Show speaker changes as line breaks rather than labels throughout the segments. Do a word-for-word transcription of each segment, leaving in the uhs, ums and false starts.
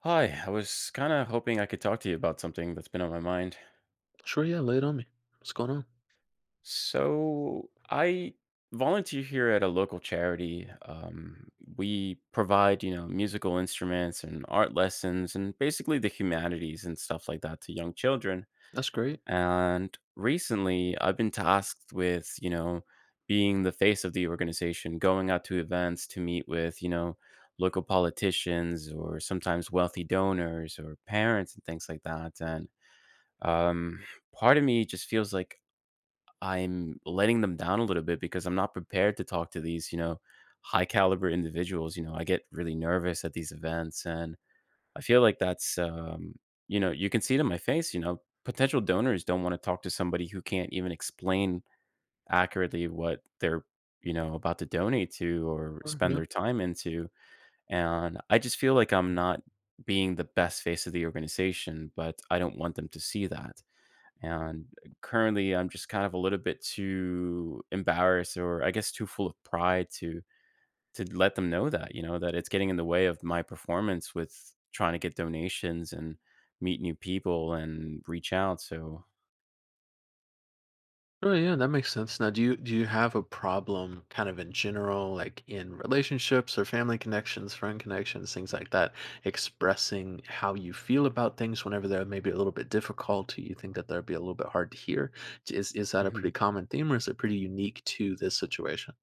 Hi, I was kind of hoping I could talk to you about something that's been on my mind.
Sure, yeah, lay it on me. What's going on?
So, I volunteer here at a local charity. Um, we provide, you know, musical instruments and art lessons and basically the humanities and stuff like that to young children.
That's great.
And recently, I've been tasked with, you know, being the face of the organization, going out to events to meet with, you know, local politicians or sometimes wealthy donors or parents and things like that. And Um, Part of me just feels like I'm letting them down a little bit because I'm not prepared to talk to these, you know, high caliber individuals. You know, I get really nervous at these events and I feel like that's, um, you know, you can see it in my face, you know, potential donors don't want to talk to somebody who can't even explain accurately what they're, you know, about to donate to or
Sure,
spend
yeah.
their time into. And I just feel like I'm not being the best face of the organization, but I don't want them to see that. And currently, I'm just kind of a little bit too embarrassed or I guess too full of pride to to let them know that, you know, that it's getting in the way of my performance with trying to get donations and meet new people and reach out. So,
Sure, yeah, that makes sense. Now, do you do you have a problem, kind of in general, like in relationships or family connections, friend connections, things like that, expressing how you feel about things whenever they're maybe a little bit difficult, you think that they'd be a little bit hard to hear? Is is that a pretty
mhm,
common theme, or is it pretty unique to this situation?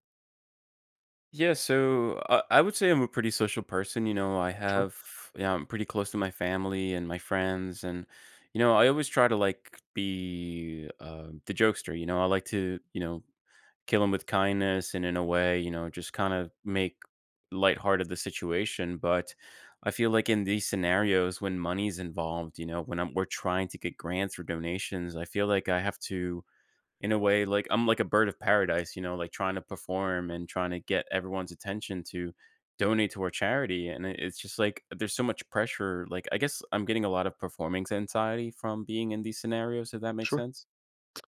yeah, so I, I would say I'm a pretty social person. You know, I
Sure.
have, yeah, I'm pretty close to my family and my friends. And, you know, I always try to like be uh, the jokester. You know, I like to, you know, kill him with kindness and in a way, you know, just kind of make lighthearted the situation. But I feel like in these scenarios when money's involved, you know, when I'm, we're trying to get grants or donations, I feel like I have to, in a way, like I'm like a bird of paradise, you know, like trying to perform and trying to get everyone's attention to donate to our charity. And it- it's just like there's so much pressure. Like I guess I'm getting a lot of performance anxiety from being in these scenarios, if that makes
Sure.
sense.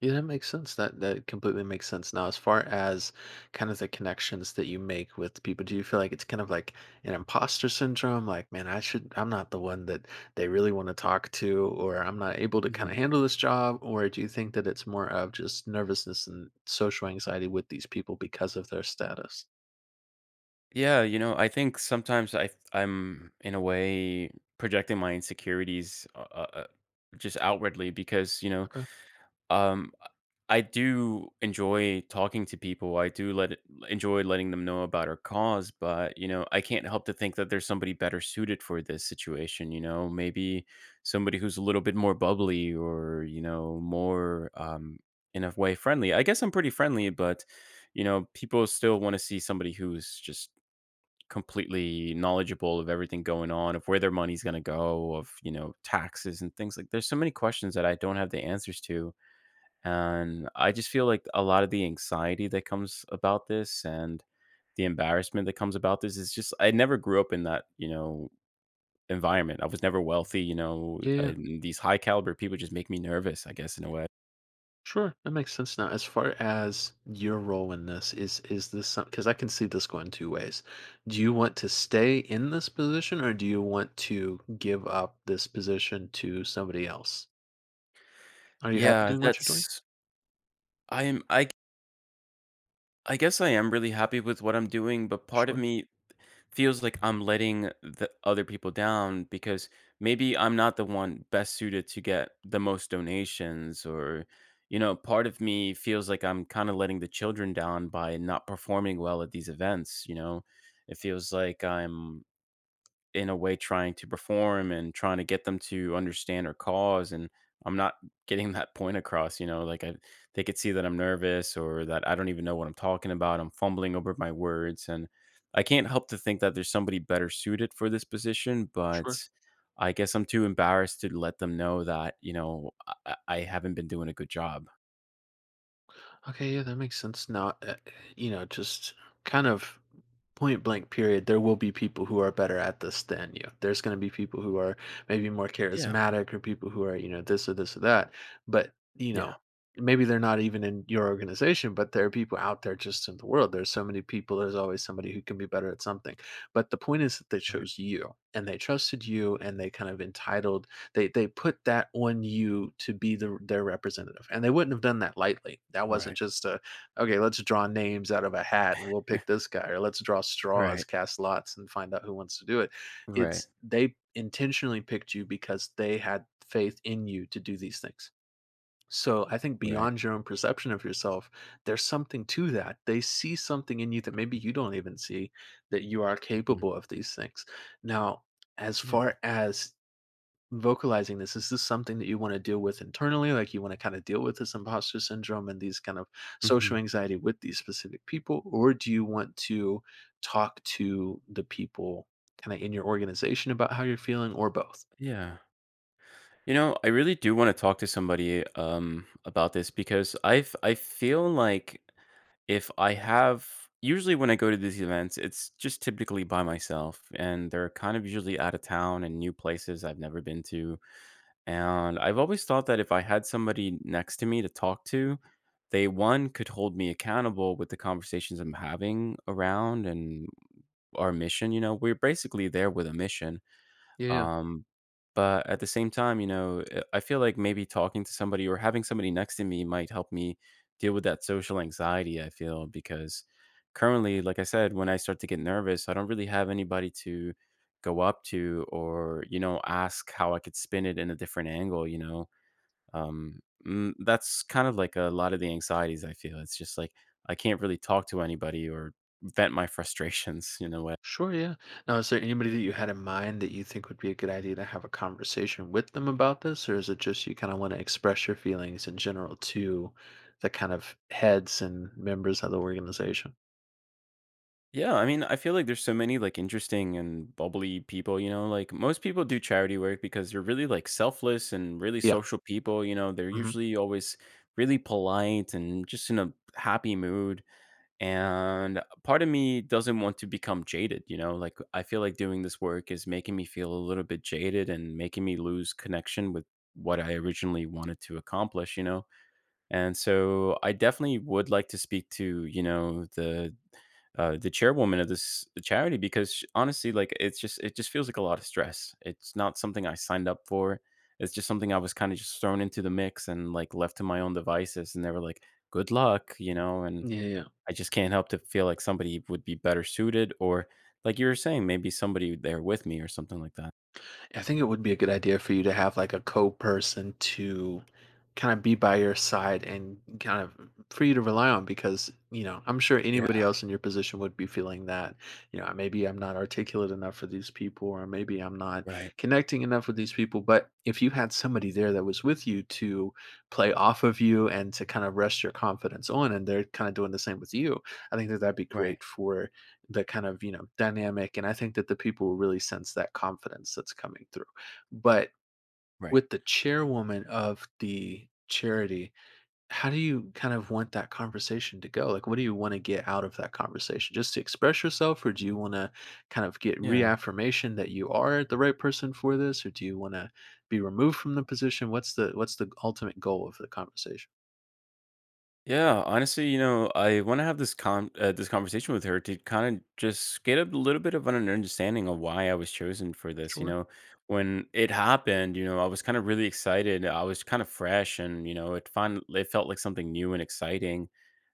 Yeah, that makes sense. That that completely makes sense. Now, as far as kind of the connections that you make with people, do you feel like it's kind of like an imposter syndrome? Like, man, I should, I'm not the one that they really want to talk to, or I'm not able to kind of handle this job? Or do you think that it's more of just nervousness and social anxiety with these people because of their status?
Yeah, you know, I think sometimes I I'm in a way projecting my insecurities uh, uh, uh, just outwardly because, you know,
Okay.
um I do enjoy talking to people. I do let it, enjoy letting them know about our cause, but you know, I can't help to think that there's somebody better suited for this situation. You know, maybe somebody who's a little bit more bubbly or you know more um, in a way friendly. I guess I'm pretty friendly, but you know, people still want to see somebody who's just completely knowledgeable of everything going on, of where their money's going to go, of, you know, taxes and things like there's so many questions that I don't have the answers to. And I just feel like a lot of the anxiety that comes about this and the embarrassment that comes about this is just I never grew up in that, you know, environment. I was never wealthy, you know,
Yeah,
and these high caliber people just make me nervous, I guess in a way.
sure, that makes sense now. As far as your role in this, is is this some, because I can see this going two ways. Do you want to stay in this position, or do you want to give up this position to somebody else? Are you happy
Yeah,
doing what you're doing?
that's I'm I I guess I am really happy with what I'm doing, but part of
Sure,
me feels like I'm letting the other people down because maybe I'm not the one best suited to get the most donations or you know, part of me feels like I'm kind of letting the children down by not performing well at these events, you know. It feels like I'm in a way trying to perform and trying to get them to understand our cause and I'm not getting that point across, you know. Like I they could see that I'm nervous or that I don't even know what I'm talking about. I'm fumbling over my words and I can't help to think that there's somebody better suited for this position, but
sure.
I guess I'm too embarrassed to let them know that, you know, i, I I haven't been doing a good job.
Okay, yeah, that makes sense. Now, uh, you know, just kind of point blank period, there will be people who are better at this than you. There's going to be people who are maybe more
Yeah,
charismatic, or people who are, you know this or this or that. But, you know
yeah.
maybe they're not even in your organization, but there are people out there just in the world. There's so many people. There's always somebody who can be better at something. But the point is that they
Right,
chose you and they trusted you, and they kind of entitled, they they put that on you to be the, their representative, and they wouldn't have done that lightly. That wasn't
right,
just a, okay, let's draw names out of a hat and we'll pick this guy, or let's draw straws,
right,
cast lots, and find out who wants to do it.
right, right,
It's They intentionally picked you because they had faith in you to do these things. So I think
right.
beyond your own perception of yourself, there's something to that. They see something in you that maybe you don't even see, that you are
Mhm,
capable of these things. Now, as
yeah.
far as vocalizing this, is this something that you want to deal with internally, like you want to kind of deal with this imposter syndrome and these kind of social
Hmm.
anxiety with these specific people? Or do you want to talk to the people kind of in your organization about how you're feeling, or both?
Yeah. You know, I really do want to talk to somebody um, about this because I've I feel like if I have usually when I go to these events, it's just typically by myself, and they're kind of usually out of town and new places I've never been to. And I've always thought that if I had somebody next to me to talk to, they one could hold me accountable with the conversations I'm having around and our mission. You know, we're basically there with a mission,
Yeah, yeah.
um, but at the same time, you know, eh, I feel like maybe talking to somebody or having somebody next to me might help me deal with that social anxiety. I feel because currently, like I said, when I start to get nervous, I don't really have anybody to go up to or, you know, ask how I could spin it in a different angle, you know. Um, mm, that's kind of like a lot of the anxieties I feel. It's just like I can't really talk to anybody or vent my frustrations in a way.
Sure, yeah. Now, is there anybody that you had in mind that you think would be a good idea to have a conversation with them about this? Or is it just you kind of want to express your feelings in general to the kind of heads and members of the organization?
Yeah, I mean, I feel like there's so many like interesting and bubbly people, you know, like most people do charity work because they're really like selfless and really
Yeah.
social people, you know, they're
Hmm.
usually always really polite and just in a happy mood. And part of me doesn't want to become jaded, you know, like I feel like doing this work is making me feel a little bit jaded and making me lose connection with what I originally wanted to accomplish, you know. And so I definitely would like to speak to, you know, the uh, the chairwoman of this charity because sh- honestly, like it's just it just feels like a lot of stress. It's not something I signed up for. It's just something I was kind of just thrown into the mix and like left to my own devices. And they were like, "Good luck," you know. And
Yeah, yeah.
I just can't help to feel like somebody would be better suited, or like you were saying, maybe somebody there with me or something like that.
I think it would be a good idea for you to have like a co-person to kind of be by your side and kind of for you to rely on, because, you know I'm sure
Yeah,
anybody else in your position would be feeling that. You know maybe I'm not articulate enough for these people, or maybe I'm not
right,
connecting enough with these people. But if you had somebody there that was with you to play off of you and to kind of rest your confidence on, and they're kind of doing the same with you, I think that that'd be
right,
great for the kind of, you know dynamic. And I think that the people will really sense that confidence that's coming through. But
right.
with the chairwoman of the charity, how do you kind of want that conversation to go? Like, what do you want to get out of that conversation? Just to express yourself? Or do you want to kind of get
Yeah.
reaffirmation that you are the right person for this? Or do you want to be removed from the position? What's the what's the ultimate goal of the conversation?
Yeah, honestly, you know, I want to have this con uh, this conversation with her to kind of just get a little bit of an understanding of why I was chosen for this. You
Sure,
know, when it happened, you know, I was kind of really excited. I was kind of fresh, and you know, it fin it felt like something new and exciting.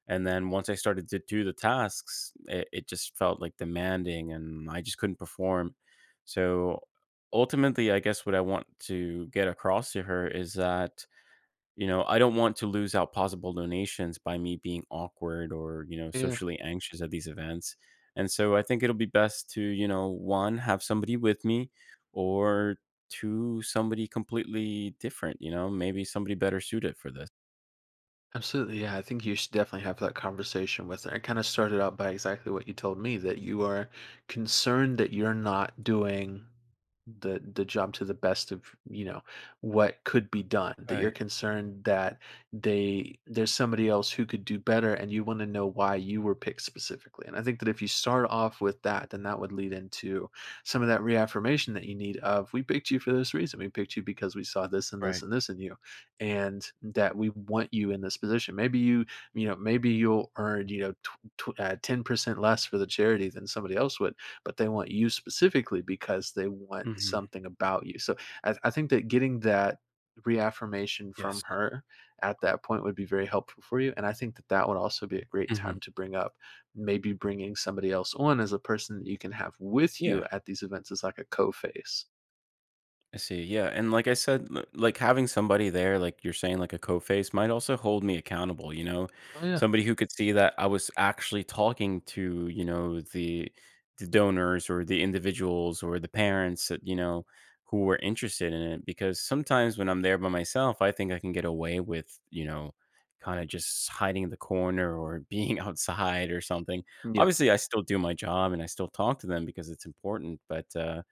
And then once I started to do the tasks, it, it just felt like demanding, and I just couldn't perform. So ultimately, I guess what I want to get across to her is that you know, I don't want to lose out possible donations by me being awkward or, you know,
yeah.
socially anxious at these events. And so I think it'll be best to, you know, one, have somebody with me, or two, somebody completely different, you know, maybe somebody better suited for this.
Absolutely, yeah. I think you should definitely have that conversation with her. And kind of started out by exactly what you told me, that you are concerned that you're not doing the the job to the best of, you know what could be done. That you're
Right,
concerned that they there's somebody else who could do better, and you want to know why you were picked specifically. And I think that if you start off with that, then that would lead into some of that reaffirmation that you need of, we picked you for this reason. We picked you because we saw this and this
right.
and this in you, and that we want you in this position. Maybe you, you know, maybe you'll earn, you know, tw- tw- uh, ten percent less for the charity than somebody else would, but they want you specifically because they want
Mhm.
something about you. So I, I think that getting that reaffirmation from
Yes.
her at that point would be very helpful for you. And I think that that would also be a great
Hmm.
time to bring up maybe bringing somebody else on as a person that you can have with you
Yeah.
at these events as like a co face.
I see. Yeah. And like I said, l- like having somebody there, like you're saying, like a co face might also hold me accountable, you know,
Oh, yeah.
somebody who could see that I was actually talking to, you know, the, the donors or the individuals or the parents that, you know, who were interested in it. Because sometimes when I'm there by myself, I think I can get away with, you know, kind of just hiding in the corner or being outside or something.
Yeah.
Obviously, I still do my job and I still talk to them because it's important, but, uh,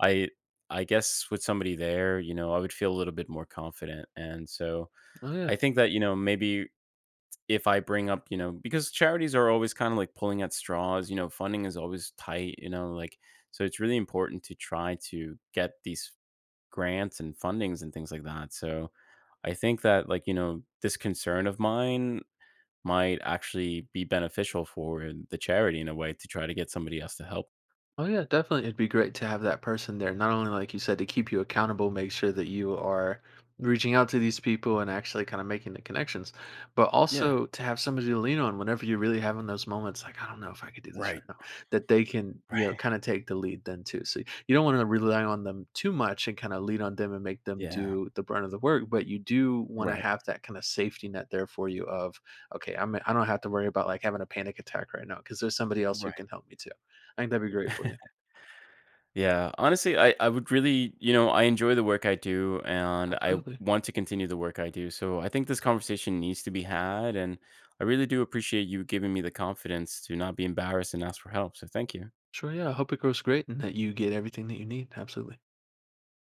I I guess with somebody there, you know, I would feel a little bit more confident. And so
Oh, yeah.
I think that, you know, maybe if I bring up, you know, because charities are always kind of like pulling at straws, you know, funding is always tight, you know, like, so it's really important to try to get these grants and fundings and things like that. So I think that, like, you know, this concern of mine might actually be beneficial for the charity in a way to try to get somebody else to help.
Oh yeah, definitely. It'd be great to have that person there. Not only, like you said, to keep you accountable, make sure that you are reaching out to these people and actually kind of making the connections, but
Yeah.
also to have somebody to lean on whenever you're really having those moments, like, I don't know if I could do this right
Right.
now, that they can, you know,
Right.
kind of take the lead then too. So you don't want to rely on them too much and kind of lean on them and make them
Yeah.
do the brunt of the work. But you do want to
Right.
have that kind of safety net there for you of, okay, I'm I don't have to worry about like having a panic attack right now, because there's somebody else who
Right.
can help me too. I think that'd be great for you.
Yeah, honestly, I, I would really, you know, I enjoy the work I do and I
Absolutely.
want to continue the work I do. So I think this conversation needs to be had. And I really do appreciate you giving me the confidence to not be embarrassed and ask for help. So thank you.
Sure, yeah, I hope it grows great and that you get everything that you need, absolutely.